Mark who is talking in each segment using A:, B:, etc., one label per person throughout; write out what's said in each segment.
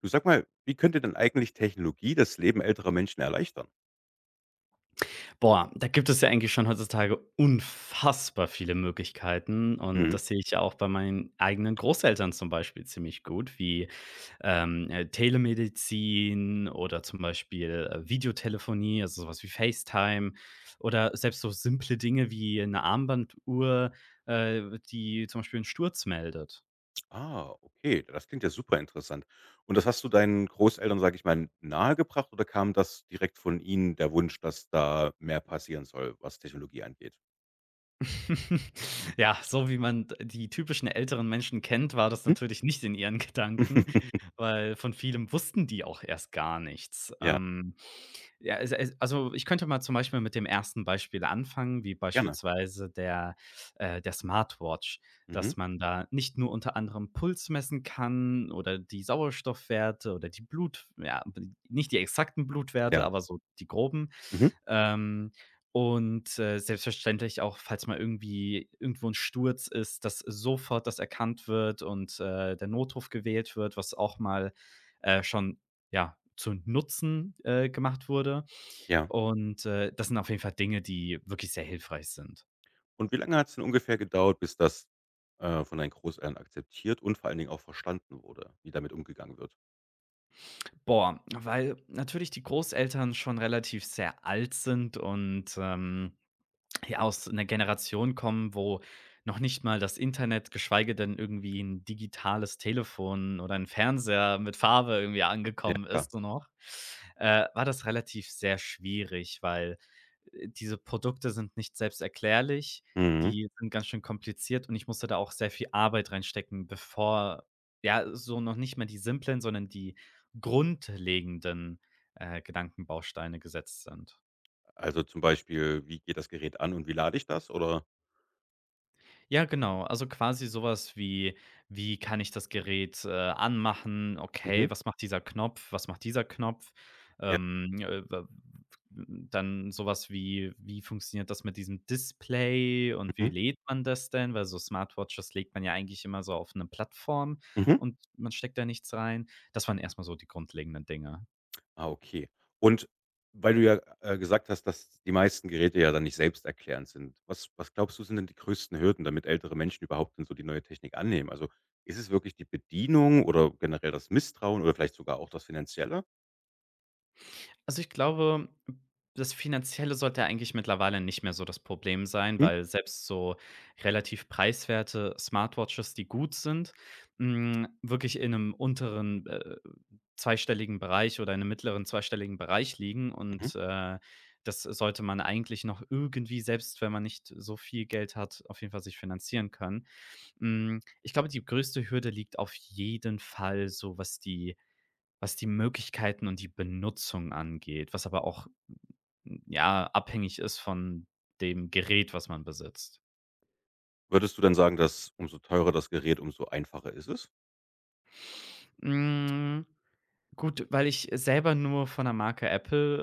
A: Du sag mal, wie könnte denn eigentlich Technologie das Leben älterer Menschen erleichtern?
B: Boah, da gibt es ja eigentlich schon heutzutage unfassbar viele Möglichkeiten und
A: Mhm.
B: das sehe ich ja auch bei meinen eigenen Großeltern zum Beispiel ziemlich gut, wie, Telemedizin oder zum Beispiel, Videotelefonie, also sowas wie FaceTime oder selbst so simple Dinge wie eine Armbanduhr, äh, die zum Beispiel einen Sturz meldet.
A: Ah, okay, das klingt ja super interessant. Und das hast du deinen Großeltern, sage ich mal, nahegebracht oder kam das direkt von ihnen der Wunsch, dass da mehr passieren soll, was Technologie angeht?
B: Ja, so wie man d die typischen älteren Menschen kennt, war das
A: Mhm.
B: natürlich nicht in ihren Gedanken, weil von vielem wussten die auch erst gar nichts.
A: Ja,
B: Ja, es also, ich könnte mal zum Beispiel mit dem ersten Beispiel anfangen, wie
A: gerne.
B: beispielsweise der der Smartwatch,
A: Mhm.
B: dass man da nicht nur unter anderem Puls messen kann oder die Sauerstoffwerte oder die Blut ja, nicht die exakten Blutwerte,
A: Ja.
B: aber so die groben.
A: Mhm.
B: Ähm, und, selbstverständlich auch, falls mal irgendwie irgendwo ein Sturz ist, dass sofort das erkannt wird und, der Notruf gewählt wird, was auch mal, schon ja, zu Nutzen, gemacht wurde.
A: Ja.
B: Und, das sind auf jeden Fall Dinge, die wirklich sehr hilfreich sind.
A: Und wie lange hat es denn ungefähr gedauert, bis das, von deinen Großeltern akzeptiert und vor allen Dingen auch verstanden wurde, wie damit umgegangen wird?
B: Boah, weil natürlich die Großeltern schon relativ sehr alt sind und, ja, aus einer Generation kommen, wo noch nicht mal das Internet, geschweige denn irgendwie ein digitales Telefon oder ein Fernseher mit Farbe irgendwie
A: Ja,
B: angekommen
A: klar.
B: ist so noch, war das relativ sehr schwierig, weil, diese Produkte sind nicht selbst erklärlich,
A: Mhm.
B: die sind ganz schön kompliziert und ich musste da auch sehr viel Arbeit reinstecken, bevor ja, so noch nicht mehr die simplen, sondern die grundlegenden, Gedankenbausteine gesetzt sind.
A: Also, zum Beispiel, wie geht das Gerät an und wie lade ich das oder?
B: Ja, genau. Also quasi so was wie: Wie kann ich das Gerät, anmachen?
A: Mhm.
B: Okay, was macht dieser Knopf? Was macht dieser Knopf?
A: Ja.
B: Wa Dann sowas wie: Wie funktioniert das mit diesem Display und wie
A: Mhm.
B: lädt man das denn? Weil so Smartwatches legt man ja eigentlich immer so auf eine Plattform
A: Mhm.
B: und man steckt da nichts rein. Das waren erstmal so die grundlegenden Dinge.
A: Ah, okay. Und weil du ja, gesagt hast, dass die meisten Geräte ja dann nicht selbsterklärend sind. Was glaubst du, sind denn die größten Hürden, damit ältere Menschen überhaupt denn so die neue Technik annehmen? Also, ist es wirklich die Bedienung oder generell das Misstrauen oder vielleicht sogar auch das Finanzielle?
B: Also, ich glaube, das Finanzielle sollte ja eigentlich mittlerweile nicht mehr so das Problem sein,
A: Mhm.
B: weil selbst so relativ preiswerte Smartwatches, die gut sind, hm, wirklich in einem unteren, zweistelligen Bereich oder in 'nem mittleren zweistelligen Bereich liegen
A: Mhm.
B: und, das sollte man eigentlich noch irgendwie, selbst wenn man nicht so viel Geld hat, auf jeden Fall sich finanzieren können. Hm, ich glaube, die größte Hürde liegt auf jeden Fall so, was die Möglichkeiten und die Benutzung angeht, was aber auch, hm, ja, abhängig ist von dem Gerät, was man besitzt.
A: Würdest du dann sagen, dass umso teurer das Gerät, umso einfacher ist es?
B: Hm, gut, weil ich selber nur von der Marke Apple,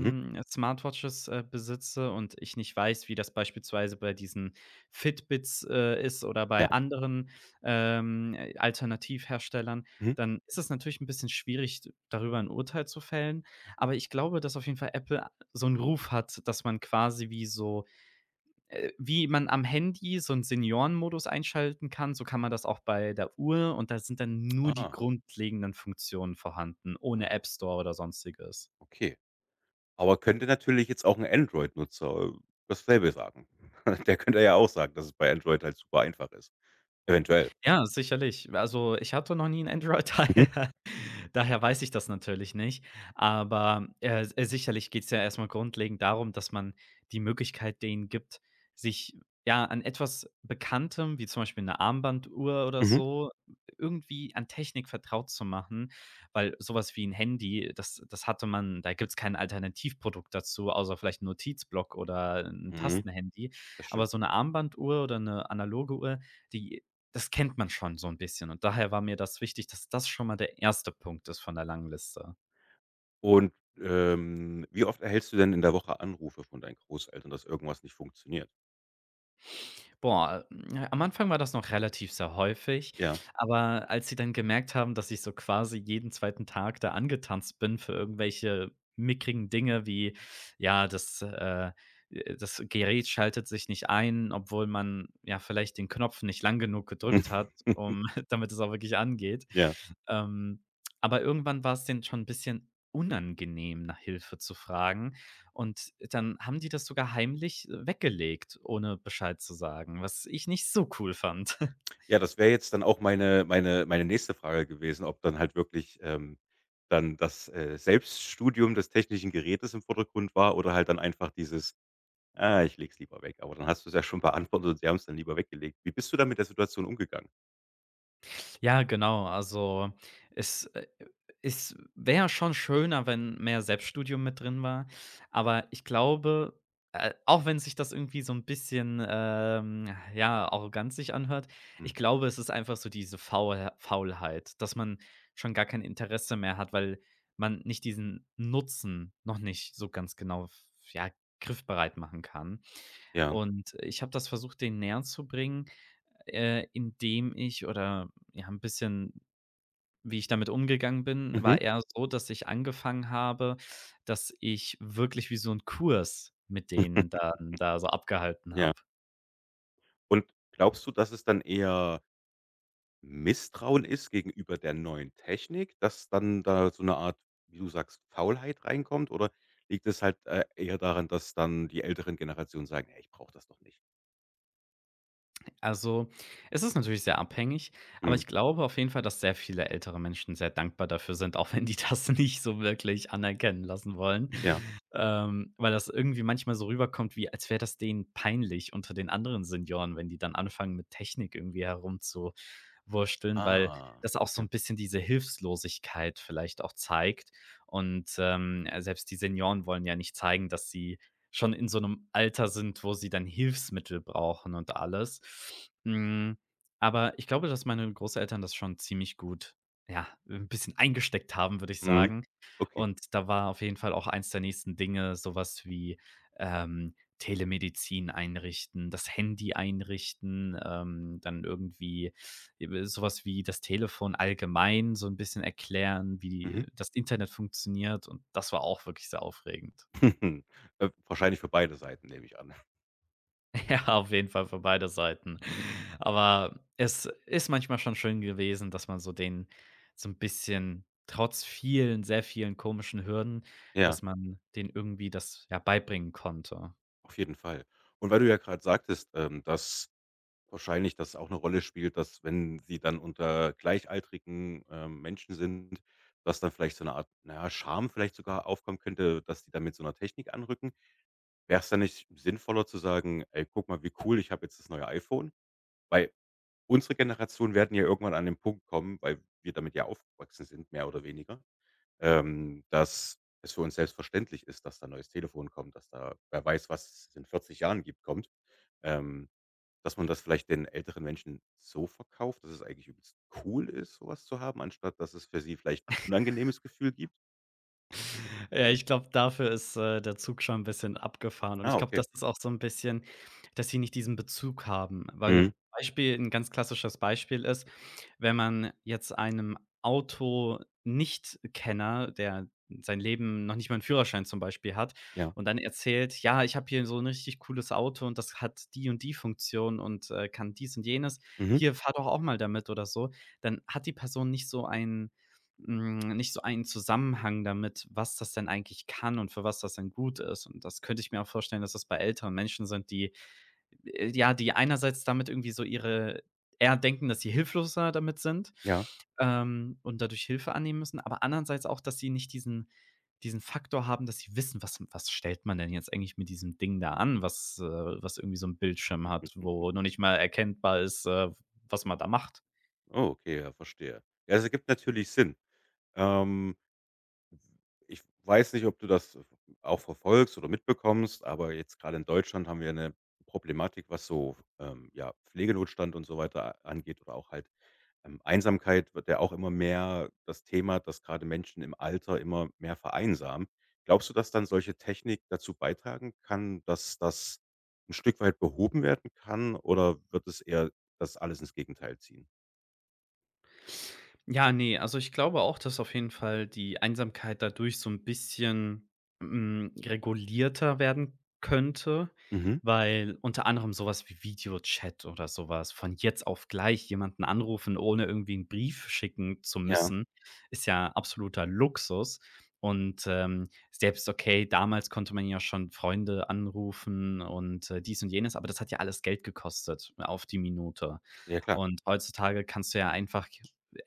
A: Mhm.
B: Smartwatches, besitze und ich nicht weiß, wie das beispielsweise bei diesen Fitbits, ist oder
A: Ja.
B: bei anderen, Alternativherstellern,
A: Mhm.
B: dann ist es natürlich ein bisschen schwierig, darüber ein Urteil zu fällen. Aber ich glaube, dass auf jeden Fall Apple so einen Ruf hat, dass man quasi wie so wie man am Handy so einen Seniorenmodus einschalten kann, so kann man das auch bei der Uhr und da sind dann nur die
A: Ah,
B: grundlegenden Funktionen vorhanden, ohne
A: ah,
B: App Store oder Sonstiges.
A: okay. Aber könnte natürlich jetzt auch 'n Android-Nutzer dasselbe sagen. Der könnte ja auch sagen, dass es bei Android halt super einfach ist. Eventuell.
B: Ja, sicherlich. Also, ich hatte noch nie ein Android,
A: Mhm,
B: daher weiß ich das natürlich nicht. Aber, s sicherlich geht's ja erstmal grundlegend darum, dass man die Möglichkeit denen gibt, sich, ja, an etwas Bekanntem, wie zum Beispiel eine Armbanduhr oder
A: mhm,
B: so, irgendwie an Technik vertraut zu machen, weil sowas wie ein Handy, das hatte man da gibt's kein Alternativprodukt dazu, außer vielleicht ein Notizblock oder ein
A: mhm,
B: Tastenhandy.
A: das
B: Aber
A: stimmt.
B: so eine Armbanduhr oder eine analoge Uhr, die das kennt man schon so ein bisschen und daher war mir das wichtig, dass das schon mal der erste Punkt ist von der langen Liste.
A: Und, wie oft erhältst du denn in der Woche Anrufe von deinen Großeltern, dass irgendwas nicht funktioniert?
B: Boah, hm, am Anfang war das noch relativ sehr häufig,
A: Ja.
B: aber als sie dann gemerkt haben, dass ich so quasi jeden zweiten Tag da angetanzt bin für irgendwelche mickrigen Dinge wie, ja, das Gerät schaltet sich nicht ein, obwohl man ja vielleicht den Knopf nicht lang genug gedrückt hat, um damit es auch wirklich angeht.
A: Ja.
B: Ähm, aber irgendwann war es denen schon 'n bisschen unangenehm, nach Hilfe zu fragen. Und dann haben die das sogar heimlich, weggelegt, ohne Bescheid zu sagen, was ich nicht so cool fand.
A: Ja, das wäre jetzt dann auch meine nächste Frage gewesen, ob dann halt wirklich, dann das, Selbststudium des technischen Gerätes im Vordergrund war oder halt dann einfach dieses: „Ah, ich leg's lieber weg“, aber dann hast du es ja schon beantwortet und sie haben's dann lieber weggelegt. Wie bist du dann mit der Situation umgegangen?
B: Ja, genau. Es, äh, Es wäre schon schöner, wenn mehr Selbststudium mit drin war. Aber ich glaube, auch wenn sich das irgendwie so ein bisschen, ja, arrogant sich anhört,
A: Hm,
B: ich glaube, es ist einfach so diese Faulheit, dass man schon gar kein Interesse mehr hat, weil man nicht diesen Nutzen noch nicht so ganz genau ja, griffbereit machen kann.
A: ja.
B: Und ich habe das versucht, den näher zu bringen. Indem ich oder ja, ein bisschen wie ich damit umgegangen bin,
A: Mhm.
B: war eher so, dass ich angefangen habe, dass ich wirklich wie so 'n Kurs mit denen dann da so abgehalten
A: Ja.
B: habe.
A: Und glaubst du, dass es dann eher Misstrauen ist gegenüber der neuen Technik, dass dann da so eine Art, wie du sagst, Faulheit reinkommt? Oder liegt es halt, eher daran, dass dann die älteren Generationen sagen: „Hey, ich brauche das doch nicht.“
B: Also, es ist natürlich sehr abhängig, aber
A: Mhm.
B: ich glaube auf jeden Fall, dass sehr viele ältere Menschen sehr dankbar dafür sind, auch wenn die das nicht so wirklich anerkennen lassen wollen.
A: Ja.
B: Weil das irgendwie manchmal so rüberkommt, wie als wäre das denen peinlich unter den anderen Senioren, wenn die dann anfangen, mit Technik irgendwie herumzuwursteln, weil
A: Ah,
B: das auch so
A: okay.
B: ein bisschen diese Hilflosigkeit vielleicht auch zeigt. Und, selbst die Senioren wollen ja nicht zeigen, dass sie schon in so einem Alter sind, wo sie dann Hilfsmittel brauchen und alles. Hm, aber ich glaube, dass meine Großeltern das schon ziemlich gut, ja, ein bisschen eingesteckt haben, würde ich
A: Mhm.
B: sagen.
A: Okay.
B: Und da war auf jeden Fall auch eins der nächsten Dinge sowas wie, Telemedizin einrichten, das Handy einrichten, dann irgendwie sowas wie das Telefon allgemein so ein bisschen erklären,
A: Mhm.
B: wie das Internet funktioniert und das war auch wirklich sehr aufregend.
A: Wahrscheinlich für beide Seiten, nehme ich an.
B: Ja, auf jeden Fall für beide Seiten. Aber es ist manchmal schon schön gewesen, dass man so 'n bisschen trotz vielen sehr vielen komischen Hürden,
A: Ja.
B: dass man denen irgendwie das, ja, beibringen konnte.
A: Auf jeden Fall. Und weil du ja gerade sagtest, dass wahrscheinlich das auch eine Rolle spielt, dass wenn sie dann unter gleichaltrigen, Menschen sind, dass dann vielleicht so eine Art, na ja, Scham vielleicht sogar aufkommen könnte, dass die dann mit so einer Technik anrücken. Wäre es dann nicht sinnvoller zu sagen: „Ey, guck mal, wie cool, ich habe jetzt das neue iPhone?“ Weil unsere Generation werden ja irgendwann an den Punkt kommen, weil wir damit ja aufgewachsen sind, mehr oder weniger, dass es für uns selbstverständlich ist, dass da 'n neues Telefon kommt, dass da wer weiß, was es in 40 Jahren gibt, kommt. Ähm, Dass man das vielleicht den älteren Menschen so verkauft, dass es eigentlich übelst cool ist, sowas zu haben, anstatt dass es für sie vielleicht ein unangenehmes Gefühl gibt?
B: Ja, ich glaube, dafür ist, der Zug schon ein bisschen abgefahren und ich
A: Ah,
B: glaube,
A: okay.
B: das ist auch so ein bisschen, dass sie nicht diesen Bezug haben,
A: Mhm.
B: weil Beispiel ein ganz klassisches Beispiel ist, wenn man jetzt einem Autonichtkenner, der sein Leben noch nicht mal einen Führerschein zum Beispiel hat
A: Ja.
B: und dann erzählt: „Ja, ich habe hier so ein richtig cooles Auto und das hat die und die Funktion und, kann dies und jenes.
A: Mhm.
B: Hier, fahr doch auch mal damit“ oder so, dann hat die Person nicht so ein hm, nicht so einen Zusammenhang damit, was das denn eigentlich kann und für was das denn gut ist. Und das könnte ich mir auch vorstellen, dass das bei älteren Menschen sind, die ja, die einerseits damit irgendwie so ihre eher denken, dass sie hilfloser damit sind,
A: Ja.
B: und dadurch Hilfe annehmen müssen, aber andererseits auch, dass sie nicht diesen Faktor haben, dass sie wissen, was stellt man denn jetzt eigentlich mit diesem Ding da an, was, was irgendwie so ein Bildschirm hat, wo noch nicht mal erkennbar ist, was man da macht.
A: Oh, okay, ja, verstehe. Ja, das ergibt natürlich Sinn. Ähm, Ich weiß nicht, ob du das auch verfolgst oder mitbekommst, aber jetzt gerade in Deutschland haben wir eine Problematik, was so, ja, Pflegenotstand und so weiter angeht oder auch halt. Einsamkeit wird ja auch immer mehr das Thema, dass gerade Menschen im Alter immer mehr vereinsamen. Glaubst du, dass dann solche Technik dazu beitragen kann, dass das ein Stück weit behoben werden kann, oder wird es eher das alles ins Gegenteil ziehen?
B: Ja, nee. Also ich glaube auch, dass auf jeden Fall die Einsamkeit dadurch so ein bisschen, hm, regulierter werden könnte,
A: Mhm.
B: weil unter anderem sowas wie Videochat oder sowas von jetzt auf gleich jemanden anrufen, ohne irgendwie einen Brief schicken zu
A: Ja,
B: müssen, ist ja absoluter Luxus. Und, selbst okay, damals konnte man ja schon Freunde anrufen und, dies und jenes, aber das hat ja alles Geld gekostet auf die Minute.
A: ja klar.
B: Und heutzutage kannst du ja einfach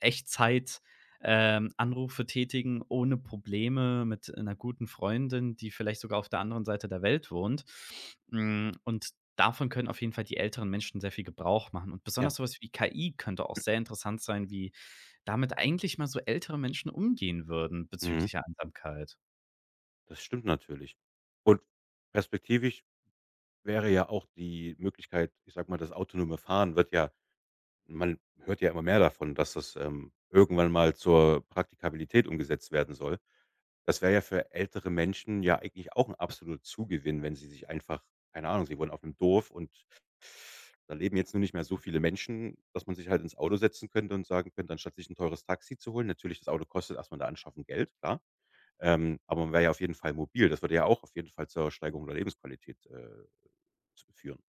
B: Echtzeit, Anrufe tätigen ohne Probleme mit einer guten Freundin, die vielleicht sogar auf der anderen Seite der Welt wohnt. Hm, und davon können auf jeden Fall die älteren Menschen sehr viel Gebrauch machen. Und
A: Ja.
B: besonders sowas was wie KI könnte auch sehr interessant sein, wie damit eigentlich mal so ältere Menschen umgehen würden
A: Mhm.
B: bezüglich der Einsamkeit.
A: Das stimmt natürlich. Und perspektivisch wäre ja auch die Möglichkeit, ich sage mal, das autonome Fahren wird ja, man hört ja immer mehr davon, dass das, irgendwann mal zur Praktikabilität umgesetzt werden soll. Das wäre ja für ältere Menschen ja eigentlich auch 'n absoluter Zugewinn, wenn sie sich einfach, keine Ahnung, sie wohnen auf 'nem Dorf und da leben jetzt nur nicht mehr so viele Menschen, dass man sich halt ins Auto setzen könnte und sagen könnte, anstatt sich 'n teures Taxi zu holen, natürlich, das Auto kostet erst mal der Anschaffung Geld, klar, aber man wäre ja auf jeden Fall mobil. Das würde ja auch auf jeden Fall zur Steigerung der Lebensqualität, z führen.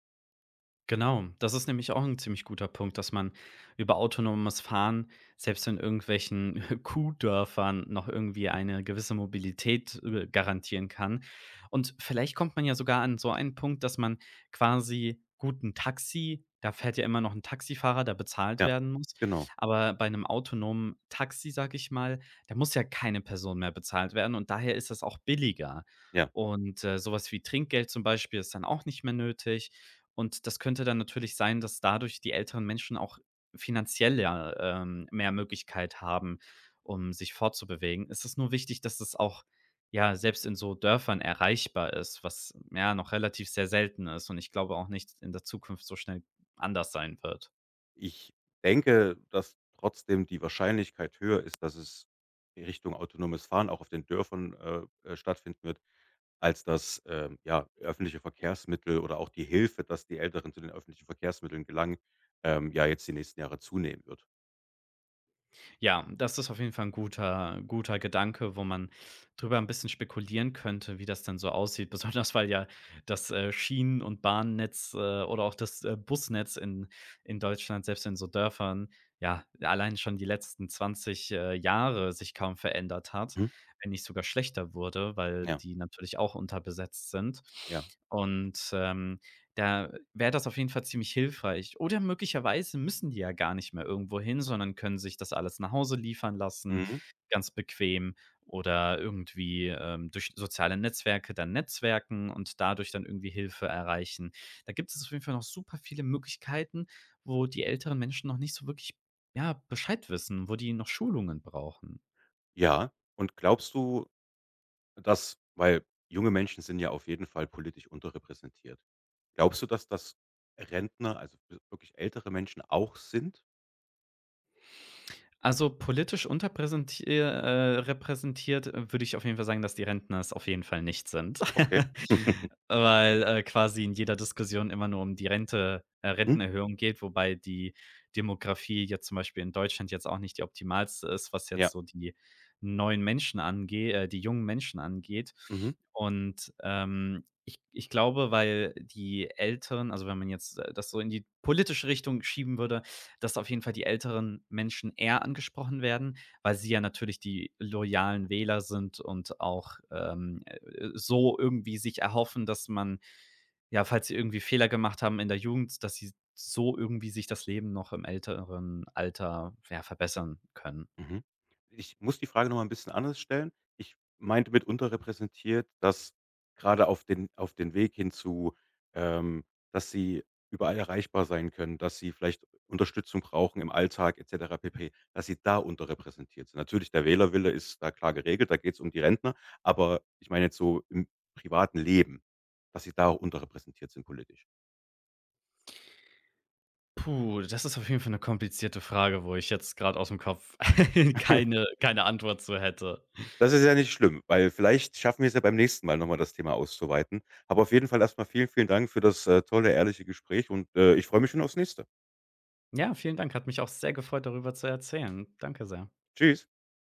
B: Genau, das ist nämlich auch ein ziemlich guter Punkt, dass man über autonomes Fahren selbst in irgendwelchen Kuhdörfern noch irgendwie eine gewisse Mobilität, garantieren kann. Und vielleicht kommt man ja sogar an so einen Punkt, dass man quasi guten Taxi da fährt ja immer noch ein Taxifahrer, der bezahlt
A: Ja,
B: werden muss.
A: genau.
B: Aber bei einem autonomen Taxi, sage ich mal, da muss ja keine Person mehr bezahlt werden und daher ist das auch billiger.
A: Ja.
B: Und, so wie Trinkgeld zum Beispiel ist dann auch nicht mehr nötig. Und das könnte dann natürlich sein, dass dadurch die älteren Menschen auch finanziell ja, mehr Möglichkeit haben, um sich fortzubewegen. Es ist nur wichtig, dass es auch, ja, selbst in so Dörfern erreichbar ist, was ja noch relativ sehr selten ist und ich glaube auch nicht in der Zukunft so schnell anders sein wird.
A: Ich denke, dass trotzdem die Wahrscheinlichkeit höher ist, dass es in Richtung autonomes Fahren auch auf den Dörfern, stattfinden wird, als das, ja, öffentliche Verkehrsmittel oder auch die Hilfe, dass die Älteren zu den öffentlichen Verkehrsmitteln gelangen, ja, jetzt die nächsten Jahre zunehmen wird.
B: Ja, das ist auf jeden Fall ein guter Gedanke, wo man drüber ein bisschen spekulieren könnte, wie das denn so aussieht. Besonders, weil ja das, Schienen und Bahnnetz, oder auch das, Busnetz in Deutschland, selbst in so Dörfern, ja, allein schon die letzten 20, Jahre sich kaum verändert hat,
A: Mhm.
B: wenn nicht sogar schlechter wurde, weil
A: Ja,
B: die natürlich auch unterbesetzt sind.
A: ja.
B: Und, da wäre das auf jeden Fall ziemlich hilfreich. Oder möglicherweise müssen die ja gar nicht mehr irgendwo hin, sondern können sich das alles nach Hause liefern lassen,
A: Mhm.
B: ganz bequem oder irgendwie, durch soziale Netzwerke dann netzwerken und dadurch dann irgendwie Hilfe erreichen. Da gibt es auf jeden Fall noch super viele Möglichkeiten, wo die älteren Menschen noch nicht so wirklich, ja, Bescheid wissen, wo die noch Schulungen brauchen.
A: Ja, und glaubst du, dass, weil junge Menschen sind ja auf jeden Fall politisch unterrepräsentiert. Glaubst du, dass das Rentner, also wirklich ältere Menschen auch sind?
B: Also, politisch unterrepräsentiert repräsentiert würde ich auf jeden Fall sagen, dass die Rentner es auf jeden Fall nicht sind.
A: Okay.
B: Weil, quasi in jeder Diskussion immer nur um die
A: Mhm.
B: Rentenerhöhung geht, wobei die Demografie jetzt zum Beispiel in Deutschland jetzt auch nicht die optimalste ist, was jetzt
A: Ja.
B: so die die jungen Menschen angeht.
A: Mhm.
B: Und, ich glaube, weil die Älteren also, wenn man jetzt, das so in die politische Richtung schieben würde, dass auf jeden Fall die älteren Menschen eher angesprochen werden, weil sie ja natürlich die loyalen Wähler sind und auch, so irgendwie sich erhoffen, dass man ja, falls sie irgendwie Fehler gemacht haben in der Jugend, dass sie so irgendwie sich das Leben noch im älteren Alter, ja, verbessern können.
A: Mhm. Ich muss die Frage noch mal ein bisschen anders stellen. Ich meinte mit unterrepräsentiert, dass gerade auf den Weg hin zu, ähm, dass sie überall erreichbar sein können, dass sie vielleicht Unterstützung brauchen im Alltag et cetera pp., dass sie da unterrepräsentiert sind. Natürlich, der Wählerwille ist da klar geregelt, da geht es um die Rentner, aber ich meine jetzt so im privaten Leben, dass sie da auch unterrepräsentiert sind politisch.
B: Puh, das ist auf jeden Fall eine komplizierte Frage, wo ich jetzt gerade aus dem Kopf keine Antwort zu hätte.
A: Das ist ja nicht schlimm, weil vielleicht schaffen wir es ja beim nächsten Mal noch mal das Thema auszuweiten. Aber auf jeden Fall erst mal vielen, vielen Dank für das, tolle, ehrliche Gespräch und, ich freue mich schon aufs nächste.
B: Ja, vielen Dank. Hat mich auch sehr gefreut, darüber zu erzählen. Danke sehr.
A: Tschüss.